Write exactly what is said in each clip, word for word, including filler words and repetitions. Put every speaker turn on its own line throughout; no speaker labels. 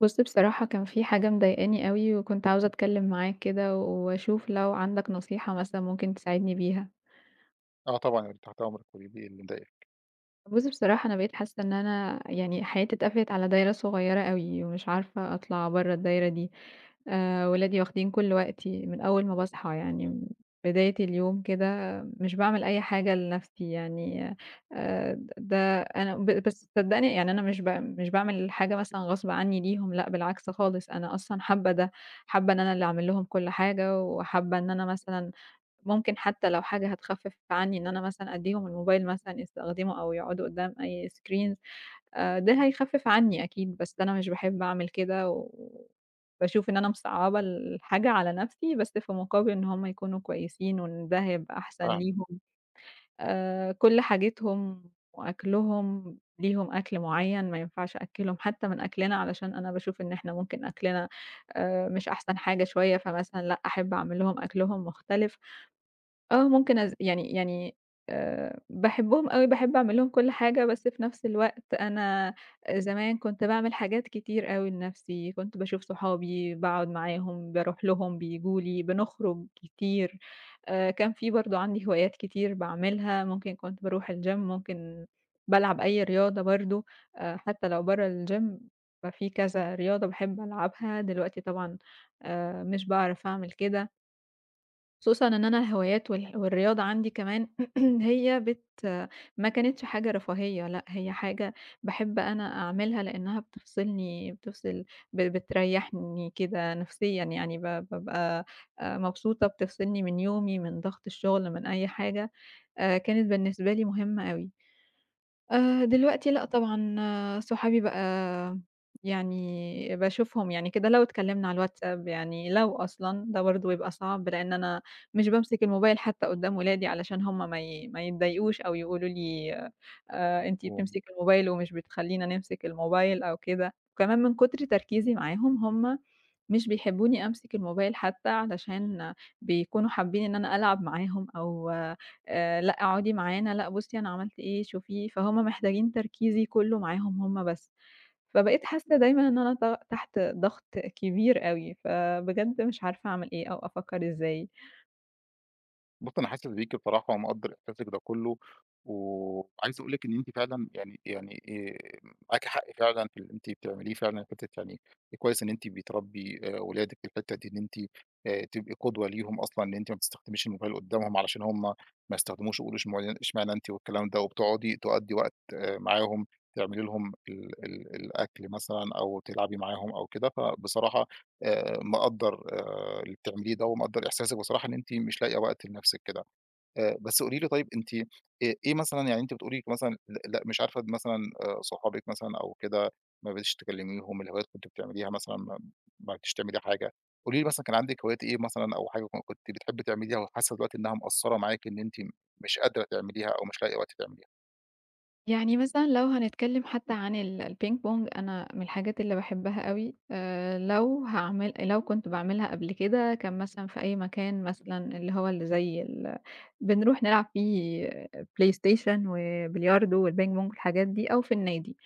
بُص، بصراحة كان في حاجة مضايقاني أوي، وكنت عاوزة أتكلم معاك كده وأشوف لو عندك نصيحة مثلًا ممكن تساعدني بيها.
آه، طبعًا. أنا تحت أمرِك، قولي لي إيه اللي مضايقِك.
بُصّي بصراحة أنا بقيت حاسة إن أنا يعني حياتي اتقفلت على دايرة صغيرة أوي، ومش عارفة أطلع برّه الدايرة دي. آآ ولادي واخدين كل وقتي من أول ما باصحى، يعني بداية اليوم كده مش باعمل أي حاجة لنفسي يعني. آآ د ده أنا ب بس صدّقني، يعني أنا مش ب مش باعمل حاجة مثلًا غصب عنّي ليهم، لأ بالعكس خالص، أنا أصلًا حابة ده، حابة إن أنا اللي أعمل لهم كل حاجة، وحابة إن أنا مثلًا ممكن حتى لو حاجة هتخفف عني إن أنا مثلًا أدّيهم الموبايل مثلًا يستخدمه أو يقعدوا قدّام أي screens. آآ، ده هيخفف عني أكيد، بس أنا مش باحب أعمل كده، وباشوف إن أنا مصعّبة الحاجة على نفسي، بس في مقابل إن هم يكونوا كويسين، وإن ده هيبقى أحسن
فاهمِك.
ليهم. آآ، كل حاجتهم وأكلهم، ليهم أكل معيّن، ما ينفعش أأكّلهم حتى من أكلنا، علشان أنا باشوف إن إحنا ممكن أكلنا آآ، مش أحسن حاجة شوية، فمثلًا لأ، أحب أعمل لهم أكلهم مختلف. آه، ممكن أز يعني يعني آآ باحبهم أوي، باحب أعمل لهم كل حاجة، بس في نفس الوقت أنا زمان كنت باعمل حاجات كتير أوي لنفسي، كنت باشوف صحابي، باقعد معاهم، باروح لهم، بييجوا لي، بنخرج كتير. آآ كان في برضه عندي هوايات كتير باعملها، ممكن كنت باروح الgym، ممكن بالعب أي رياضة برضه، آآ حتى لو برّه الgym ففي كذا رياضة باحب ألعبها. دلوقتي طبعًا آآ مش باعرف أعمل كده. خصوصًا إن أنا الهوايات وال والرياضة عندي كمان هي بت ما كانتش حاجة رفاهية، لأ هي حاجة باحب أنا أعملها لإنها بتفصلني، بتفصل، ب بتريحني كده نفسيًا يعني، ب بابقى آآ مبسوطة، بتفصلني من يومي، من ضغط الشغل، من أي حاجة، آآ كانت بالنسبة لي مهمة أوي. آآ دلوقتي لأ طبعًا، آه، صحابي بقى يعني باشوفهم يعني كده لو اتكلّمنا على الWhatsApp، يعني لو أصلًا، ده برضه بيبقى صعب لإن أنا مش بامسك الموبايل حتّى قدّام ولادي علشان هم ما ي ما يتضايقوش أو يقولوا لي آآ أنتِ
وم
بتمسكي الموبايل ومش بتخلّينا نمسك الموبايل أو كده، وكمان من كتر تركيزي معاهم هم مش بيحبوني أمسك الموبايل، حتى علشان بيكونوا حابين إن أنا ألعب معاهم أو آآ لأ اقعدي معانا، لأ بُصّي أنا عملت إيه، شوفي، فهُم محتاجين تركيزي كُلّه معاهم هُم بس. فبقيت حاسة دايمًا إن أنا ت تحت ضغط كبير أوي، فبجد مش عارفة أعمل إيه أو أفكّر إزاي.
بُصّي، أنا حاسس بيكِ بصراحة، ومقدّر إحساسِك ده كُلّه. وعايز أقول لِك إن أنتِ فعلًا، يعني يعني آآ معاكِ حق فعلًا في اللي أنتِ بتعمليه، فعلًا حتّة يعني كويس إن أنتِ بتربّي آآ ولادِك في الحتّة دي، إن أنتِ آآ تبقي قدوة ليهم أصلًا، إن أنتِ ما بتستخدميش الموبايل قدّامهم علشان هم ما يستخدموش ويقولوا إشمعن إشمعنى أنتِ والكلام ده، وبتقعدي تقضّي وقت آه، معاهم، تعملي لهم ال ال الأكل مثلًا أو تلعبي معاهم أو كده. فبصراحة آآ مقدّر آآ اللي بتعمليه ده، ومقدّر إحساسِك بصراحة إن أنتِ مش لاقية وقت لنفسِك كده. آآ بس قولي لي، طيب أنتِ إ إيه مثلًا؟ يعني أنتِ بتقولي مثلًا، ل لأ مش عارفة، مثلًا آآ صحابِك مثلًا أو كده ما بقيتيش تكلميهم، الهوايات كنتِ بتعمليها مثلًا ما ما عرفتيش تعملي حاجة. قولي لي مثلًا كان عندِك هوايات إيه، مثلًا أو حاجة ك كنتِ بتحبي تعمليها وحاسة دلوقتي إنها مقصّرة معاكِ، إن أنتِ مش قادرة تعمليها أو مش لاقية وقت تعمليها؟
يعني مثلًا لو هنتكلم حتى عن ال البينج بونج، أنا من الحاجات اللي باحبها أوي، آآ لو هاعمل لو كنت باعملها قبل كده كان مثلًا في أي مكان مثلًا اللي هو اللي زي ال بنروح نلعب فيه PlayStation وبلياردو والبينج بونج والحاجات دي أو في النادي.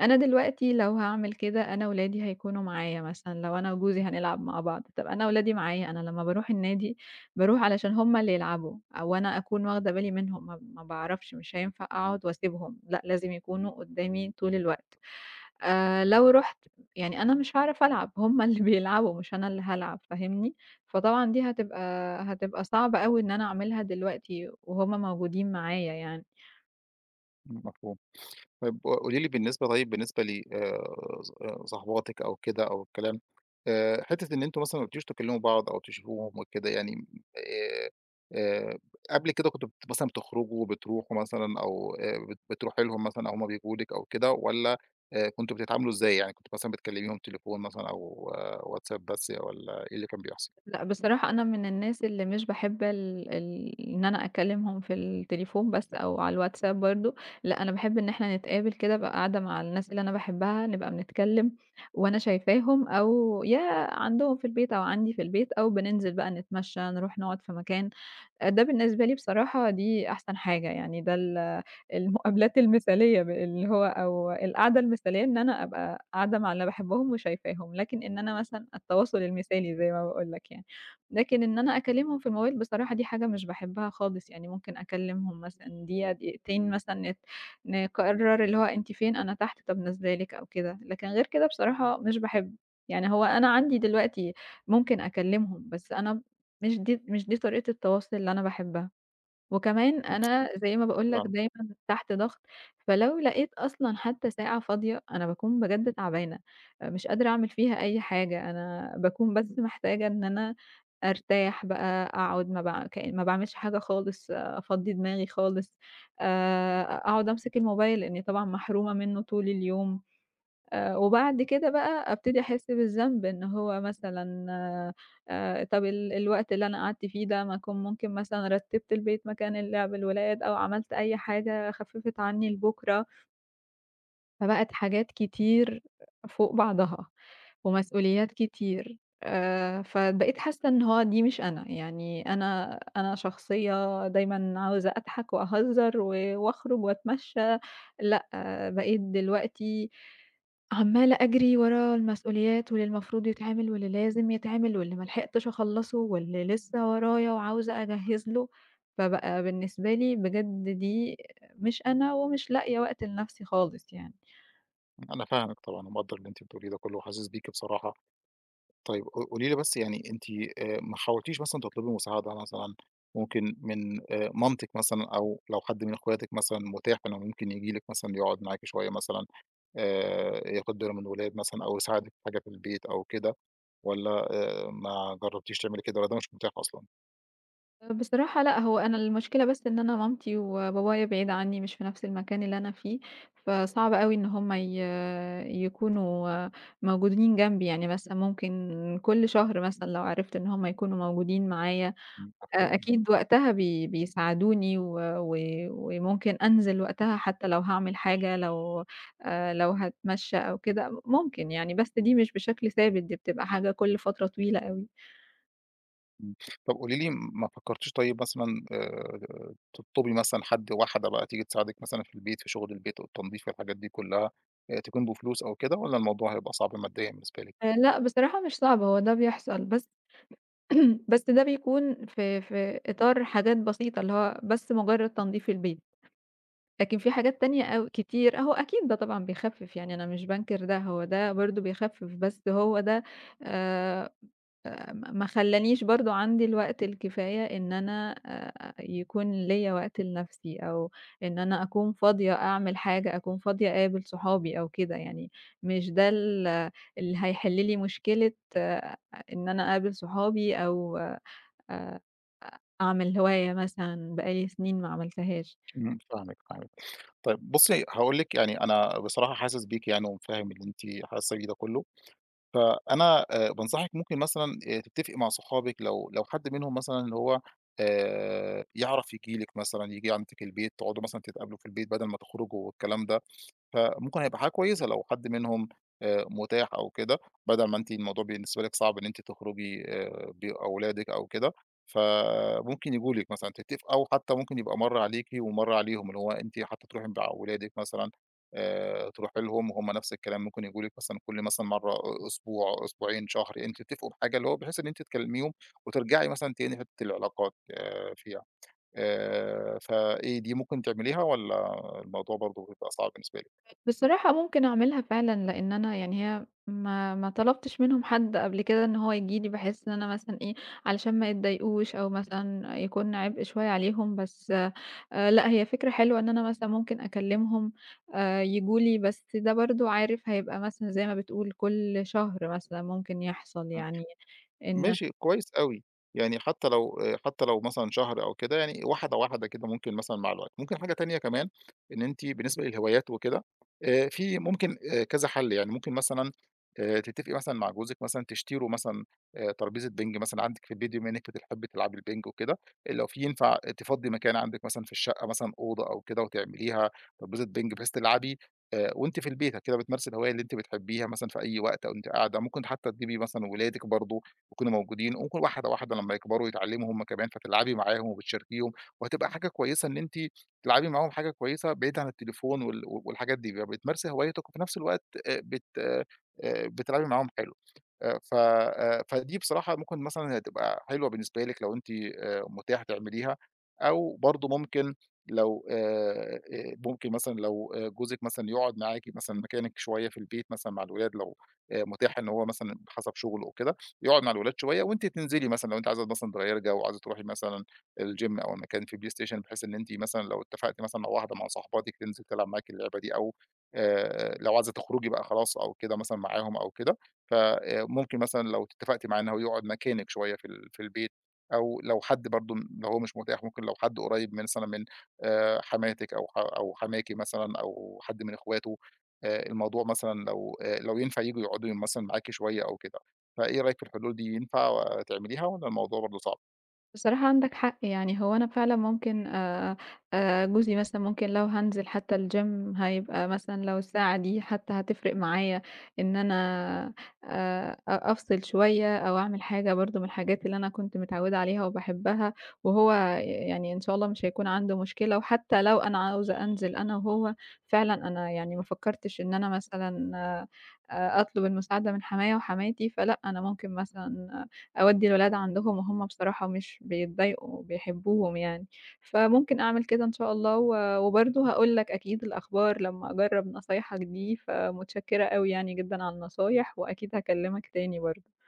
أنا دلوقتي لو هاعمل كده أنا ولادي هيكونوا معايا مثلًا، لو أنا وجوزي هنلعب مع بعض، طَب أنا ولادي معايا، أنا لمّا باروح النادي باروح علشان هُم اللي يلعبوا أو أنا أكون واخدة بالي منهم، ما ما باعرفش، مش هينفع أقعد واسيبهم، لأ لازم يكونوا قدّامي طول الوقت. آآ لو رُحت يعني أنا مش هاعرف ألعب، هُم اللي بيلعبوا مش أنا اللي هالعب، فاهمني؟ فطبعًا دي هتبقى هتبقى صعبة أوي إن أنا أعملها دلوقتي وهُم موجودين معايا يعني.
إمم، مفهوم. طيب قولي لي، بالنسبة طيب بالنسبة ل آآ ص آآ صاحباتِك أو كده، أو الكلام. آآ حتّة إن أنتم مثلًا ما بتجوش تكلموا بعض أو تشوفوهم وكده، يعني آآ آآ قبل كده كنتم بت مثلًا بتخرجوا، بتروحوا مثلًا، أو آآ بت بتروحي لهم مثلًا، أو هُم بييجوا لِك أو كده، والّا آآ كنتم بتتعاملوا إزاي؟ يعني كنتم مثلًا بتكلميهم تليفون مثلًا، أو آه، واتساب بس، والّا إيه اللي كان بيحصل؟
لأ، بصراحة أنا من الناس اللي مش باحب ال ال إن أنا أكلمهم في التليفون بس أو على الWhatsApp برضه، لأ أنا باحب إن إحنا نتقابل كده، أبقى قاعدة مع الناس اللي أنا باحبها، نبقى بنتكلم وأنا شايفاهم، أو يا عندهم في البيت أو عندي في البيت أو بننزل بقى نتمشى، نروح نقعد في مكان. آآ ده بالنسبة لي بصراحة دي أحسن حاجة، يعني ده ال المقابلات المثالية، ب اللي هو أو القعدة المثالية إن أنا أبقى قاعدة مع اللي باحبهم وشايفاهم، لكن إن أنا مثلًا التواصل المثالي زي ما باقول لك يعني، لكن إن أنا أكلمهم في الموبايل بصراحة دي حاجة مش باحبها خالص، يعني ممكن أكلمهم مثلًا دقيقة، دقيقتين مثلًا، نت نقرر اللي هو أنتِ فين، أنا تحت، طب نازلة لِك أو كده، لكن غير كده بصراحة مش باحب، يعني هو أنا عندي دلوقتي ممكن أكلمهم، بس أنا مش دي مش دي طريقة التواصل اللي أنا باحبها، وكمان أنا زي ما باقول لك
فاهم.
دايمًا تحت ضغط، فلو لقيت أصلًا حتى ساعة فاضية أنا باكون بجد تعبانة، مش قادرة أعمل فيها أي حاجة، أنا باكون بس محتاجة إن أنا أرتاح بقى، أقعد ما باع ك ما باعملش حاجة خالص، أفضّي دماغي خالص، آآ أقعد أمسك الموبايل لإني طبعًا محرومة منه طول اليوم. آآ، وبعد كده بقى أبتدي أحس بالذنب إن هو مثلًا، آآ، طب ال الوقت اللي أنا قعدت فيه ده ما أكون ممكن مثلًا رتّبت البيت، مكان اللعب الولاد، أو عملت أي حاجة خفّفت عني لبُكرة. فبقت حاجات كتير فوق بعضها، ومسؤوليات كتير، آآ، فبقيت حاسة إن هو دي مش أنا، يعني أنا أنا شخصية دايمًا عاوزة أضحك وأهزر و وأخرج وأتمشى، لأ، آه، بقيت دلوقتي عمّالة أجري ورا المسؤوليات واللي المفروض يتعمل واللي لازم يتعمل واللي ما لحقتش أخلّصه واللي لسه ورايا وعاوزة أجهّز له، فبقى بالنسبة لي بجد دي مش أنا ومش لاقية وقت لنفسي خالص يعني.
أنا فاهمِك طبعًا، ومقدّر اللي أنتِ بتقوليه ده كله، وحاسس بيكِ بصراحة. طيب ق قولي لي بس، يعني أنتِ آآ ما حاولتيش مثلًا تطلبي مساعدة، مثلًا ممكن من آآ مامتِك مثلًا، أو لو حد من أخواتِك مثلًا متاح إنه ممكن ييجي لِك مثلًا، يقعد معاكِ شوية مثلًا، آآ ياخد باله من الولاد مثلًا، أو يساعدِك في حاجة في البيت أو كده، والّا آآ ما جربتيش تعملي كده، والّا ده مش متاح أصلًا؟
بصراحة لأ، هو أنا المشكلة بس إن أنا مامتي وبابايا بعيد عني، مش في نفس المكان اللي أنا فيه، فصعب أوي إن هُم ي يكونوا موجودين جنبي، يعني مثلًا ممكن كل شهر مثلًا لو عرفت إن هُم يكونوا موجودين معايا،
إمم،
أ
مفهوم.
أكيد وقتها بي بيساعدوني و و وممكن أنزل وقتها حتى لو هاعمل حاجة، لو آآ، لو هاتمشى أو كده ممكن يعني، بس دي مش بشكل ثابت، دي بتبقى حاجة كل فترة طويلة أوي.
إمم. طب قولي لي، ما فكرتيش طيب مثلًا آآ تطلبي مثلًا حد، واحدة بقى تيجي تساعدِك مثلًا في البيت، في شغل البيت والتنضيف والحاجات دي كلّها، آآ تكون بفلوس أو كده، والّا الموضوع هيبقى صعب ماديًا بالنسبة
آآ،
لك؟
لأ، بصراحة مش صعب، هو ده بيحصل، بس بس ده بيكون في في إطار حاجات بسيطة، اللي هو بس مجرد تنضيف البيت، لكن في حاجات تانية أو كتير أهو، أكيد ده طبعًا بيخفِّف، يعني أنا مش بانكر ده، هو ده برضه بيخفِّف، بس هو ده آآ م ما خلّانيش برضه عندي الوقت الكفاية إن أنا آآ يكون ليّا وقت لنَفْسي، أو إن أنا أكون فاضية أعمل حاجة، أكون فاضية أقابل صحابي أو كده يعني، مش ده ال اللي هيحِل لي مشكلة، آه إن أنا أقابل صحابي أو آآ أعمل هواية مثلًا بقى لي سنين ما عملتهاش.
إمم، فاهمِك، فاهمِك. طيب بُصّي، هاقول لِك، يعني أنا بصراحة حاسس بيكِ، يعني وفاهم اللي أنتِ حاسة بيه ده كلّه. فأنا آآ بانصحِك ممكن مثلًا آآ تتفقي مع صحابِك، لو لو حد منهم مثلًا اللي هو آآ يعرف ييجي لك مثلًا، ييجي عندِك البيت، تقعدوا مثلًا تتقابلوا في البيت بدل ما تخرجوا والكلام ده. فممكن هيبقى حاجة كويسة لو حد منهم آآ متاح أو كده، بدل ما أنتِ الموضوع بالنسبة لِك صعب إن أنتِ تخرجي آآ بأولادِك أو كده. فممكن ييجوا لِك مثلًا تتفقوا، أو حتى ممكن يبقى مرّة عليكِ ومرّة عليهم، اللي هو أنتِ حتى تروحي مع ولادِك مثلًا، آآ تروحي لهم وهُم نفس الكلام، ممكن ييجوا لِك مثلًا كل مثلًا مرّة، أ أسبوع، أسبوعين، شهر، أنتم تتفقوا بحاجة، اللي هو بحيث إن أنتِ تكلميهم، وترجعي مثلًا تاني لحتة العلاقات آآ فيها. آآ فإيه، دي ممكن تعمليها، والّا الموضوع برضه بيبقى صعب بالنسبة لِك؟
بصراحة ممكن أعملها فعلًا، لإن أنا يعني هي ما ما طلبتش منهم حد قبل كده إن هو ييجي لي، بحيث إن أنا مثلًا إيه، علشان ما يتضايقوش أو مثلًا يكون عبء شوية عليهم، بس آآ لأ، هي فكرة حلوة إن أنا مثلًا ممكن أكلمهم آآ ييجوا لي، بس ده برضه عارف هيبقى مثلًا زي ما بتقول كل شهر مثلًا ممكن يحصل يعني، إن
ماشي، كويس أوي. يعني حتى لو حتى لو مثلًا شهر أو كده، يعني واحدة، واحدة كده ممكن مثلًا مع الوقت. ممكن حاجة تانية كمان، إن أنتِ بالنسبة للهوايات وكده، آآ، في ممكن، آآ، كذا حل. يعني ممكن مثلًا آآ، تتفقي مثلًا مع جوزِك مثلًا تشتروا مثلًا آآ، ترابيزة بينج مثلًا عندِك في البيت، بما إنِك بتحبي تلعبي البينج وكده، لو في ينفع تفضّي مكان عندِك مثلًا في الشقة، مثلًا أوضة أو كده، وتعمليها ترابيزة بينج بحيث تلعبي، آآ، وأنتِ في البيت كده بتمارسي الهواية اللي أنتِ بتحبيها مثلًا في أي وقت، أو أنتِ قاعدة ممكن حتى تجيبي مثلًا ولادِك برضه يكونوا موجودين، وممكن واحدة، واحدة لمّا يكبروا يتعلّموا هُم كمان، فتلعبي معاهم وبتشاركيهم، وهتبقى حاجة كويسة إن أنتِ تلعبي معاهم، حاجة كويسة بعيد عن التليفون وال والحاجات دي، بتمارسي هوايتِك، وفي نفس الوقت آآ بت آآ بتلعبي معاهم حلو. آآ ف آآ فدي بصراحة ممكن مثلًا هتبقى حلوة بالنسبة لِك، لو أنتِ آآ متاح تعمليها. أو برضه ممكن لو آآ آآ ممكن مثلًا، لو آآ جوزِك مثلًا يقعد معاكِ مثلًا مكانِك شوية في البيت مثلًا مع الولاد، لو آآ متاح إن هو مثلًا حسب شغله وكده، يقعد مع الولاد شوية وأنتِ تنزلي مثلًا، لو أنتِ عايزة مثلًا تغيّري جو، عايزة تروحي مثلًا الgym أو مكان فيه بلاي ستيشن، بحيث إن أنتِ مثلًا لو اتفقتِ مثلًا مع واحدة، مع صاحباتِك تنزل تلعب معاكِ اللعبة دي، أو آآ لو عايزة تخرجي بقى خلاص أو كده مثلًا معاهم أو كده. فممكن مثلًا لو اتفقتِ معاه إن هو يقعد مكانِك شوية في ال في البيت، أو لو حد برضه، لو هو مش متاح، ممكن لو حد قريب من- مثلًا من آآ، حماتِك، أو ح أو حماكِ مثلًا، أو حد من إخواته، آآ، الموضوع مثلًا لو آآ، لو ينفع ييجوا يقعدوا مثلًا معاكِ شوية أو كده، فإيه رأيِك في الحلول دي؟ ينفع تعمليها والّا الموضوع برضه صعب؟
بصراحة عندك حق، يعني هو أنا فعلًا ممكن آآ آآ جوزي مثلًا ممكن لو هانزل حتى الgym هيبقى مثلًا لو الساعة دي حتى هتفرق معايا إن أنا آآ أ أفصل شوية أو أعمل حاجة برضه من الحاجات اللي أنا كنت متعودة عليها وباحبها، وهو يعني إن شاء الله مش هيكون عنده مشكلة، وحتى لو أنا عاوزة أنزل أنا وهو فعلًا، أنا يعني ما فكرتش إن أنا مثلًا آآ أطلب المساعدة من حمايا وحماتي، فلأ أنا ممكن مثلًا أودّي الولاد عندهم وهُم بصراحة مش بيتضايقوا، بيحبوهم يعني. فممكن أعمل كده إن شاء الله، و وبرضه هاقول لك أكيد الأخبار لمّا أجرّب نصايحك دي، فمتشكرة أوي يعني جدًا على النصايح وأكيد هاكلّمك تاني برضه.